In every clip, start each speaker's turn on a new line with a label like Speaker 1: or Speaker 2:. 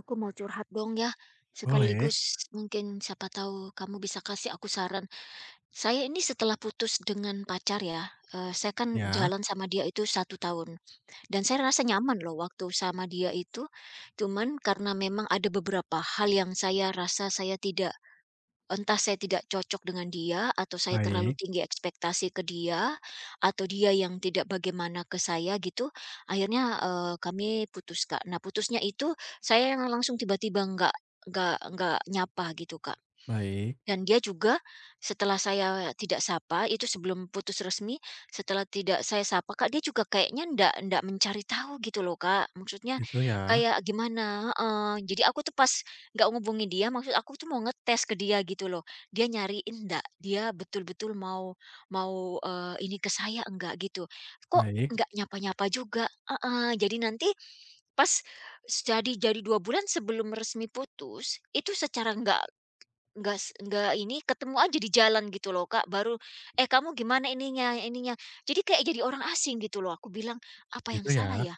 Speaker 1: Aku mau curhat dong ya,
Speaker 2: Boleh,
Speaker 1: sekaligus mungkin siapa tahu kamu bisa kasih aku saran. Saya ini setelah putus dengan pacar ya, saya kan
Speaker 2: ya
Speaker 1: jalan sama dia itu satu tahun dan saya rasa nyaman loh waktu sama dia itu, cuman karena memang ada beberapa hal yang saya rasa saya tidak Entah saya tidak cocok dengan dia, atau saya terlalu
Speaker 2: baik
Speaker 1: tinggi ekspektasi ke dia, atau dia yang tidak bagaimana ke saya gitu, akhirnya, kami putus, Kak. Nah putusnya itu, saya yang langsung tiba-tiba nggak nyapa gitu, Kak.
Speaker 2: baik,
Speaker 1: Dan dia juga setelah saya tidak sapa, itu sebelum putus resmi, setelah tidak saya sapa, Kak, dia juga kayaknya ndak ndak mencari tahu gitu loh, Kak. Maksudnya
Speaker 2: itu ya,
Speaker 1: kayak gimana, heeh, jadi aku tuh pas nggak ngubungin dia, maksud aku tuh mau ngetes ke dia gitu loh. Dia nyariin ndak, dia betul-betul mau, mau ini ke saya enggak gitu.
Speaker 2: baik,
Speaker 1: Kok nggak nyapa-nyapa juga, heeh, jadi nanti pas, jadi 2 bulan sebelum resmi putus, itu secara nggak s enggak ini, ketemu aja di jalan gitu loh, Kak, baru, "Eh, kamu gimana ininya ininya?" Jadi kayak jadi orang asing gitu loh, aku bilang, "Apa yang
Speaker 2: itu
Speaker 1: salah
Speaker 2: ya.
Speaker 1: ya?"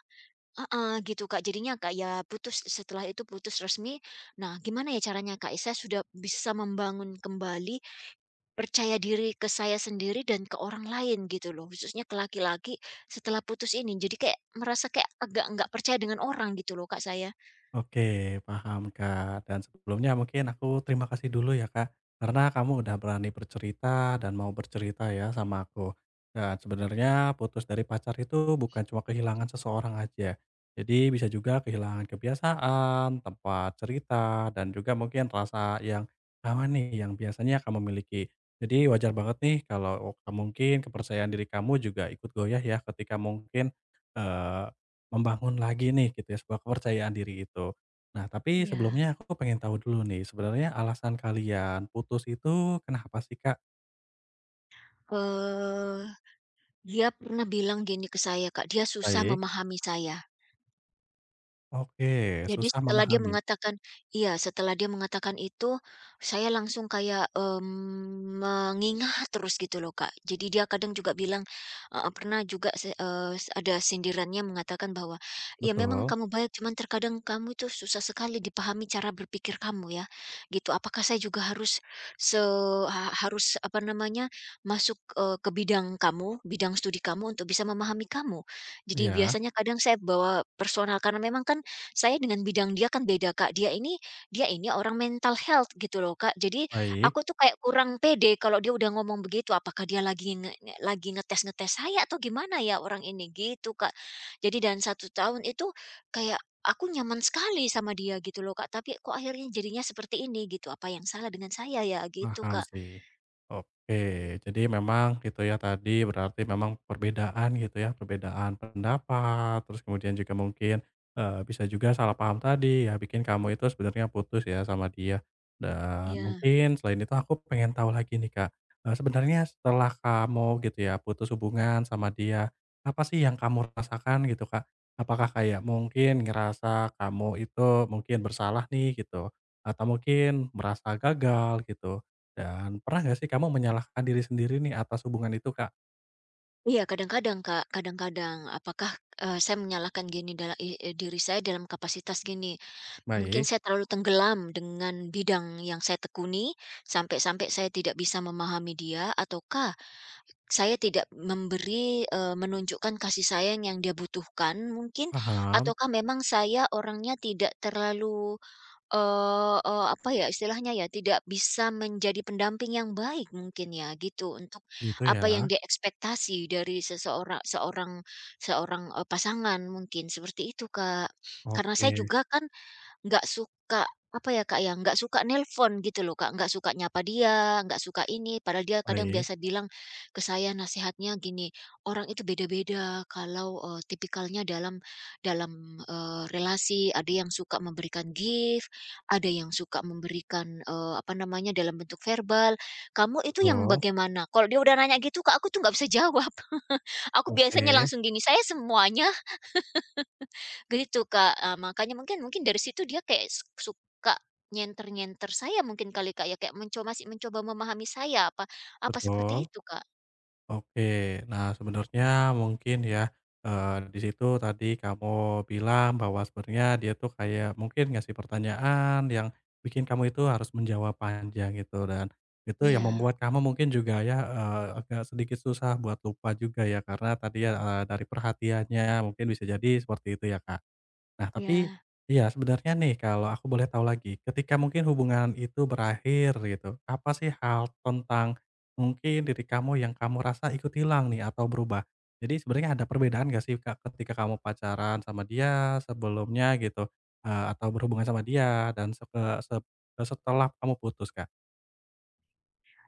Speaker 1: Heeh, gitu, Kak. Jadinya kayak putus, setelah itu putus resmi. Nah, gimana ya caranya, Kak? Saya sudah bisa membangun kembali percaya diri ke saya sendiri dan ke orang lain gitu loh, khususnya ke laki-laki setelah putus ini. Jadi kayak merasa kayak agak nggak percaya dengan orang gitu loh, Kak, saya.
Speaker 2: Oke, paham Kak, dan sebelumnya mungkin aku terima kasih dulu ya Kak, karena kamu udah berani bercerita dan mau bercerita ya sama aku. Dan sebenarnya putus dari pacar itu bukan cuma kehilangan seseorang aja. Jadi bisa juga kehilangan kebiasaan, tempat cerita, dan juga mungkin rasa yang sama nih yang biasanya kamu miliki. Jadi wajar banget nih kalau mungkin kepercayaan diri kamu juga ikut goyah ya ketika mungkin, eh, Membangun lagi nih gitu ya sebuah kepercayaan diri itu. Nah tapi
Speaker 1: Iya.
Speaker 2: sebelumnya aku pengen tahu dulu nih sebenarnya alasan kalian putus itu kenapa sih Kak?
Speaker 1: Eee Dia pernah bilang gini ke saya, Kak, dia susah
Speaker 2: Baik,
Speaker 1: memahami saya.
Speaker 2: oke,
Speaker 1: Jadi
Speaker 2: susah
Speaker 1: setelah dia
Speaker 2: memahami.
Speaker 1: mengatakan, iya, setelah dia mengatakan itu, saya langsung kayak, mengingat terus gitu loh, Kak. Jadi dia kadang juga bilang, heeh, pernah juga ada sindirannya mengatakan bahwa, "Ya memang
Speaker 2: Betul,
Speaker 1: kamu baik, cuman terkadang kamu itu susah sekali dipahami cara berpikir kamu ya." Gitu. Apakah saya juga harus, se ha harus apa namanya, masuk, ke bidang kamu, bidang studi kamu untuk bisa memahami kamu? Jadi
Speaker 2: iya,
Speaker 1: biasanya kadang saya bawa personal karena memang kan saya dengan bidang dia kan beda, Kak. Dia ini orang mental health gitu loh, Kak. Jadi
Speaker 2: baik.
Speaker 1: aku tuh kayak kurang pede kalau dia udah ngomong begitu, apakah dia lagi nge nge lagi ngetes-ngetes saya atau gimana ya orang ini gitu, Kak. Jadi dan satu tahun itu kayak aku nyaman sekali sama dia gitu loh, Kak, tapi kok akhirnya jadinya seperti ini gitu, apa yang salah dengan saya ya gitu,
Speaker 2: Paham
Speaker 1: Kak.
Speaker 2: sih. Oke, jadi memang gitu ya tadi berarti memang perbedaan gitu ya, perbedaan pendapat, terus kemudian juga mungkin, bisa juga salah paham tadi ya bikin kamu itu sebenarnya putus ya sama dia. Dan
Speaker 1: Iya.
Speaker 2: mungkin selain itu aku pengen tahu lagi nih, Kak, sebenarnya setelah kamu gitu ya putus hubungan sama dia, apa sih yang kamu rasakan gitu, Kak? Apakah kayak mungkin ngerasa kamu itu mungkin bersalah nih gitu, atau mungkin merasa gagal gitu? Dan pernah nggak sih kamu menyalahkan diri sendiri nih atas hubungan itu, Kak?
Speaker 1: Iya, kadang-kadang, Kak, kadang-kadang apakah, saya menyalahkan gini dalam diri saya dalam kapasitas gini. Mungkin
Speaker 2: Baik,
Speaker 1: saya terlalu tenggelam dengan bidang yang saya tekuni, sampai-sampai saya tidak bisa memahami dia, ataukah saya tidak menunjukkan kasih sayang yang dia butuhkan mungkin,
Speaker 2: paham,
Speaker 1: ataukah memang saya orangnya tidak terlalu, eee eee, apa ya istilahnya ya, tidak bisa menjadi pendamping yang baik mungkin ya, gitu. Untuk
Speaker 2: gitu
Speaker 1: apa yang
Speaker 2: ya.
Speaker 1: dia ekspektasi dari seseorang, seorang seorang, eee, pasangan mungkin, seperti itu, Kak. Karena
Speaker 2: Oke,
Speaker 1: saya juga kan nggak suka, apa ya, Kak, ya, nggak suka nelpon gitu loh, Kak, nggak suka nyapa dia, nggak suka ini, padahal dia kadang
Speaker 2: baik,
Speaker 1: biasa bilang ke saya nasihatnya gini, "Orang itu beda-beda kalau, tipikalnya dalam dalam, eee, relasi, ada yang suka memberikan gift, ada yang suka memberikan, apa namanya, dalam bentuk verbal. Kamu itu yang
Speaker 2: betul.
Speaker 1: bagaimana?" Kalau dia udah nanya gitu, Kak, aku tuh nggak bisa jawab. Aku biasanya
Speaker 2: Oke,
Speaker 1: langsung gini, "Saya semuanya." Gitu, Kak, makanya mungkin mungkin dari situ dia kayak suka nyenter-nyenter saya mungkin kali, Kak, ya, kayak masih mencoba memahami saya apa apa seperti
Speaker 2: betul.
Speaker 1: itu, Kak?
Speaker 2: Oke. Nah, sebenarnya mungkin ya, di situ tadi kamu bilang bahwa sebenarnya dia tuh kayak mungkin ngasih pertanyaan yang bikin kamu itu harus menjawab panjang gitu, dan itu yang
Speaker 1: Ya.
Speaker 2: membuat kamu mungkin juga ya, agak sedikit susah buat lupa juga ya, karena tadi ya, dari perhatiannya mungkin bisa jadi seperti itu ya, Kak? Nah, tapi
Speaker 1: Ya.
Speaker 2: iya, sebenarnya nih kalau aku boleh tahu lagi, ketika mungkin hubungan itu berakhir gitu, apa sih hal tentang mungkin diri kamu yang kamu rasa ikut hilang nih atau berubah? Jadi sebenarnya ada perbedaan nggak sih, Kak, ketika kamu pacaran sama dia sebelumnya gitu, atau berhubungan sama dia dan se setelah kamu putus, Kak?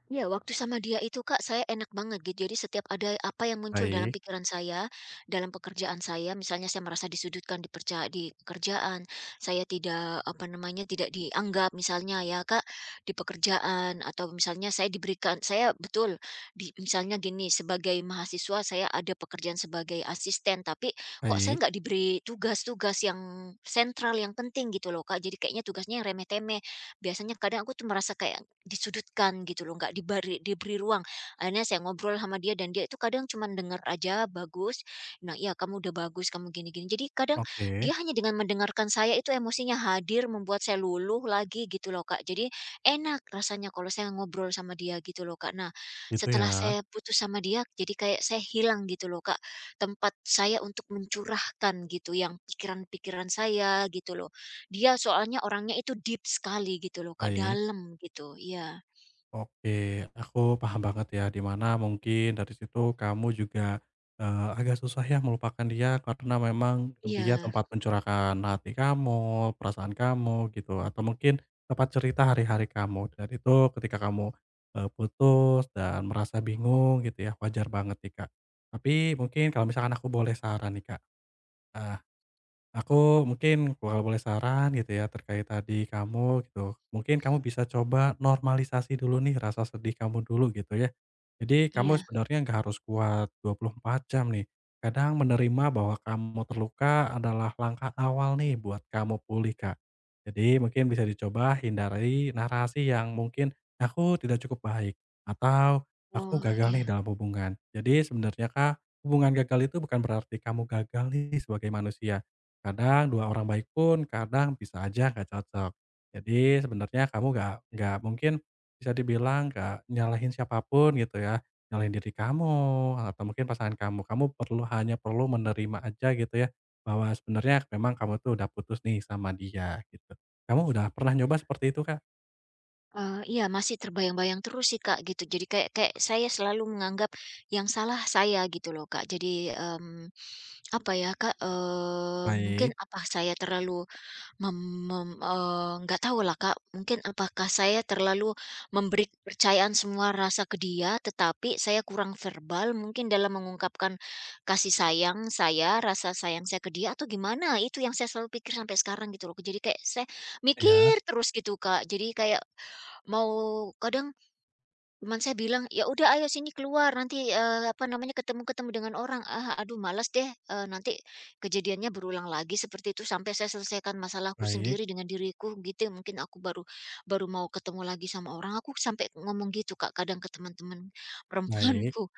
Speaker 1: Iya, waktu sama dia itu, Kak, saya enak banget gitu. Jadi setiap ada apa yang muncul dalam
Speaker 2: Baik
Speaker 1: pikiran saya, dalam pekerjaan saya, misalnya saya merasa disudutkan di pekerjaan, saya tidak apa namanya, tidak dianggap misalnya ya, Kak, di pekerjaan atau misalnya saya diberikan saya betul di misalnya gini, sebagai mahasiswa saya ada pekerjaan sebagai asisten, tapi kok saya
Speaker 2: baik,
Speaker 1: nggak diberi tugas-tugas yang sentral yang penting gitu loh, Kak. Jadi kayaknya tugasnya yang remeh-temeh. Biasanya kadang aku tuh merasa kayak disudutkan gitu loh, nggak diberi diberi ruang. Akhirnya saya ngobrol sama dia dan dia itu kadang cuman denger aja, "Bagus. Nah, iya kamu udah bagus, kamu gini-gini." Jadi kadang
Speaker 2: oke,
Speaker 1: dia hanya dengan mendengarkan saya itu emosinya hadir membuat saya luluh lagi gitu loh, Kak. Jadi enak rasanya kalau saya ngobrol sama dia gitu loh, Kak. Nah,
Speaker 2: gitu ya,
Speaker 1: setelah saya putus sama dia jadi kayak saya hilang gitu loh, Kak, tempat saya untuk mencurahkan gitu yang pikiran-pikiran saya gitu loh. Dia soalnya orangnya itu deep sekali gitu loh, Kak,
Speaker 2: baik.
Speaker 1: dalam gitu, iya.
Speaker 2: Oke, aku paham banget ya, dimana mungkin dari situ kamu juga, agak susah ya melupakan dia karena memang dia
Speaker 1: Iya,
Speaker 2: tempat mencurahkan hati kamu, perasaan kamu gitu, atau mungkin tempat cerita hari-hari kamu. Dan itu ketika kamu, putus dan merasa bingung gitu ya, wajar banget nih, Kak. Tapi mungkin kalau misalkan aku boleh saran nih, Kak, eee aku mungkin kalau boleh saran gitu ya terkait tadi kamu gitu, mungkin kamu bisa coba normalisasi dulu nih rasa sedih kamu dulu gitu ya. Jadi kamu
Speaker 1: iya.
Speaker 2: sebenarnya nggak harus kuat 24 jam nih. Kadang menerima bahwa kamu terluka adalah langkah awal nih buat kamu pulih, Kak. Jadi mungkin bisa dicoba hindari narasi yang mungkin aku tidak cukup baik atau aku
Speaker 1: Oh,
Speaker 2: gagal nih
Speaker 1: iya.
Speaker 2: dalam hubungan. Jadi sebenarnya Kak, hubungan gagal itu bukan berarti kamu gagal nih sebagai manusia. Kadang dua orang baik pun kadang bisa aja nggak cocok. Jadi sebenarnya kamu nggak mungkin bisa dibilang nggak nyalahin siapapun gitu ya, nyalahin diri kamu atau mungkin pasangan kamu. Kamu perlu, hanya perlu menerima aja gitu ya, bahwa sebenarnya memang kamu tuh udah putus nih sama dia gitu. Kamu udah pernah nyoba seperti itu, Kak?
Speaker 1: Iya masih terbayang-bayang terus sih, Kak, gitu, jadi kayak kayak saya selalu menganggap yang salah saya gitu loh, Kak. Jadi, mmm, apa ya, Kak, mungkin
Speaker 2: Baik,
Speaker 1: apa saya terlalu, Mem mem eee, nggak tahulah, Kak, mungkin apakah saya terlalu memberi kepercayaan semua rasa ke dia, tetapi saya kurang verbal mungkin dalam mengungkapkan kasih sayang saya, rasa sayang saya ke dia atau gimana? Itu yang saya selalu pikir sampai sekarang gitu loh. Jadi kayak saya
Speaker 2: ya
Speaker 1: mikir terus gitu, Kak. Jadi kayak mau kadang cuman saya bilang, "Ya udah ayo sini keluar nanti, apa namanya, ketemu-ketemu dengan orang." Ah, aduh malas deh, nanti kejadiannya berulang lagi seperti itu sampai saya selesaikan masalahku
Speaker 2: baik
Speaker 1: sendiri dengan diriku gitu ya, mungkin aku baru baru mau ketemu lagi sama orang, aku sampai ngomong gitu Kak kadang ke teman-teman
Speaker 2: baik.
Speaker 1: perempuanku.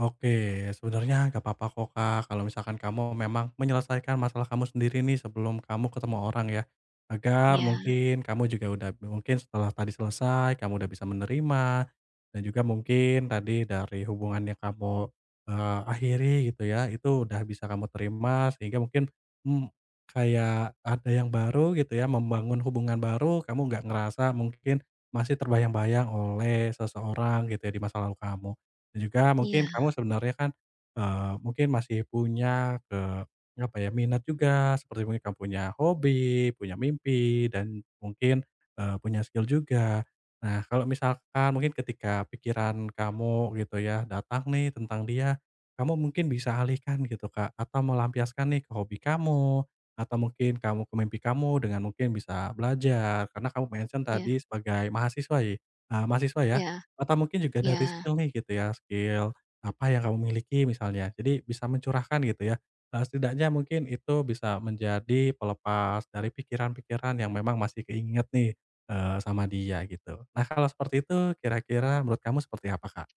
Speaker 2: Oke, sebenarnya nggak apa-apa kok, Kak, kalau misalkan kamu memang menyelesaikan masalah kamu sendiri nih sebelum kamu ketemu orang ya. Agar
Speaker 1: Ya.
Speaker 2: mungkin kamu juga udah mungkin setelah tadi selesai, kamu udah bisa menerima, dan juga mungkin tadi dari hubungan yang kamu, akhiri gitu ya, itu udah bisa kamu terima sehingga mungkin, mmm, kayak ada yang baru gitu ya, membangun hubungan baru, kamu nggak ngerasa mungkin masih terbayang-bayang oleh seseorang gitu ya di masa lalu kamu. Dan juga
Speaker 1: Iya.
Speaker 2: mungkin kamu sebenarnya kan, mungkin masih punya apa ya, minat juga, seperti mungkin kamu punya hobi, punya mimpi, dan mungkin, punya skill juga. Nah, kalau misalkan mungkin ketika pikiran kamu gitu ya, datang nih tentang dia, kamu mungkin bisa alihkan gitu, Kak, atau melampiaskan nih ke hobi kamu, atau mungkin kamu ke mimpi kamu dengan mungkin bisa belajar, karena kamu mention
Speaker 1: Iya.
Speaker 2: tadi sebagai mahasiswa mahasiswa ya?
Speaker 1: Iya.
Speaker 2: Atau mungkin juga
Speaker 1: Iya,
Speaker 2: dari skill nih gitu ya, skill apa yang kamu miliki misalnya. Jadi bisa mencurahkan gitu ya, setidaknya mungkin itu bisa menjadi pelepas dari pikiran-pikiran yang memang masih keinget nih, sama dia gitu. Nah kalau seperti itu kira-kira menurut kamu seperti apa, Kak?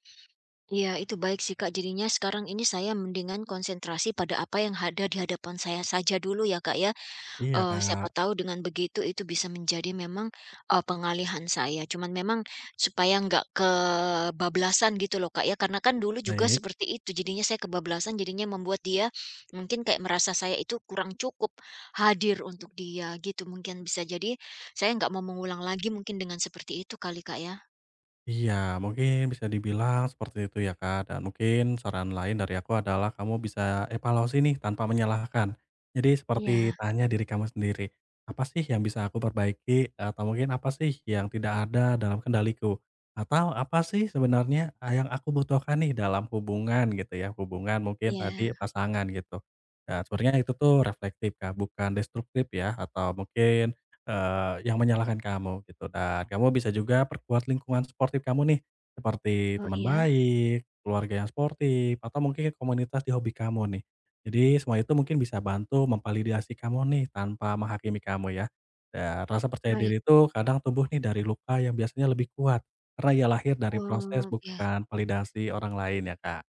Speaker 1: iya itu baik sih, Kak, jadinya sekarang ini saya mendingan konsentrasi pada apa yang ada di hadapan saya saja dulu ya, Kak, ya.
Speaker 2: Iya,
Speaker 1: Siapa
Speaker 2: Kak.
Speaker 1: tahu dengan begitu itu bisa menjadi memang, pengalihan saya. Cuman memang supaya nggak kebablasan gitu loh, Kak, ya. Karena kan dulu juga
Speaker 2: Baik.
Speaker 1: seperti itu, jadinya saya kebablasan, jadinya membuat dia mungkin kayak merasa saya itu kurang cukup hadir untuk dia gitu, mungkin bisa jadi saya nggak mau mengulang lagi mungkin dengan seperti itu kali, Kak, ya?
Speaker 2: Iya, mungkin bisa dibilang seperti itu ya Kak, dan mungkin saran lain dari aku adalah kamu bisa evaluasi nih tanpa menyalahkan. Jadi seperti
Speaker 1: Iya,
Speaker 2: tanya diri kamu sendiri, apa sih yang bisa aku perbaiki atau mungkin apa sih yang tidak ada dalam kendaliku? Atau apa sih sebenarnya yang aku butuhkan nih dalam hubungan gitu ya, hubungan mungkin
Speaker 1: iya.
Speaker 2: tadi pasangan gitu. Nah, sebenarnya itu tuh reflektif Kak, bukan destruktif ya, atau mungkin yang menyalahkan kamu gitu, dan kamu bisa juga perkuat lingkungan sportif kamu nih, seperti
Speaker 1: Oh,
Speaker 2: teman
Speaker 1: iya?
Speaker 2: baik, keluarga yang sportif, atau mungkin komunitas di hobi kamu nih. Jadi semua itu mungkin bisa bantu memvalidasi kamu nih tanpa menghakimi kamu ya. Dan rasa percaya diri
Speaker 1: Baik.
Speaker 2: itu kadang tumbuh nih dari luka yang biasanya lebih kuat, karena ia lahir dari proses
Speaker 1: Oh, ya.
Speaker 2: bukan validasi orang lain ya, Kak.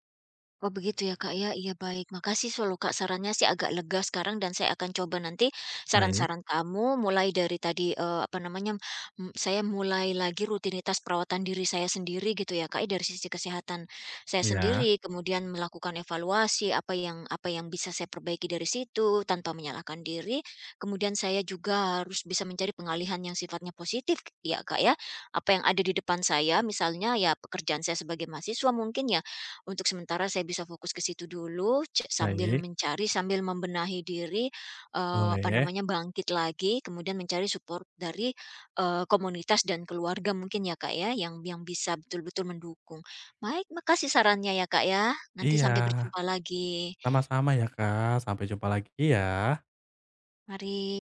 Speaker 1: Oh begitu ya, Kak, ya, iya baik. Makasih so, Kak, sarannya sih agak lega sekarang dan saya akan coba nanti
Speaker 2: Baik,
Speaker 1: saran-saran kamu mulai dari tadi, apa namanya, saya mulai lagi rutinitas perawatan diri saya sendiri gitu ya, Kak, ya, dari sisi kesehatan saya
Speaker 2: iya,
Speaker 1: sendiri, kemudian melakukan evaluasi apa yang bisa saya perbaiki dari situ tanpa menyalahkan diri, kemudian saya juga harus bisa mencari pengalihan yang sifatnya positif ya, Kak, ya. Apa yang ada di depan saya misalnya ya pekerjaan saya sebagai mahasiswa mungkin ya untuk sementara saya bisa fokus ke situ dulu sambil
Speaker 2: baik,
Speaker 1: mencari, sambil membenahi diri, apa
Speaker 2: boleh.
Speaker 1: namanya, bangkit lagi, kemudian mencari support dari, komunitas dan keluarga mungkin ya, Kak, ya, yang bisa betul-betul mendukung. Baik, makasih sarannya ya, Kak, ya. Nanti
Speaker 2: Iya,
Speaker 1: sampai berjumpa lagi.
Speaker 2: sama-sama ya, Kak. Sampai jumpa lagi ya.
Speaker 1: Mari.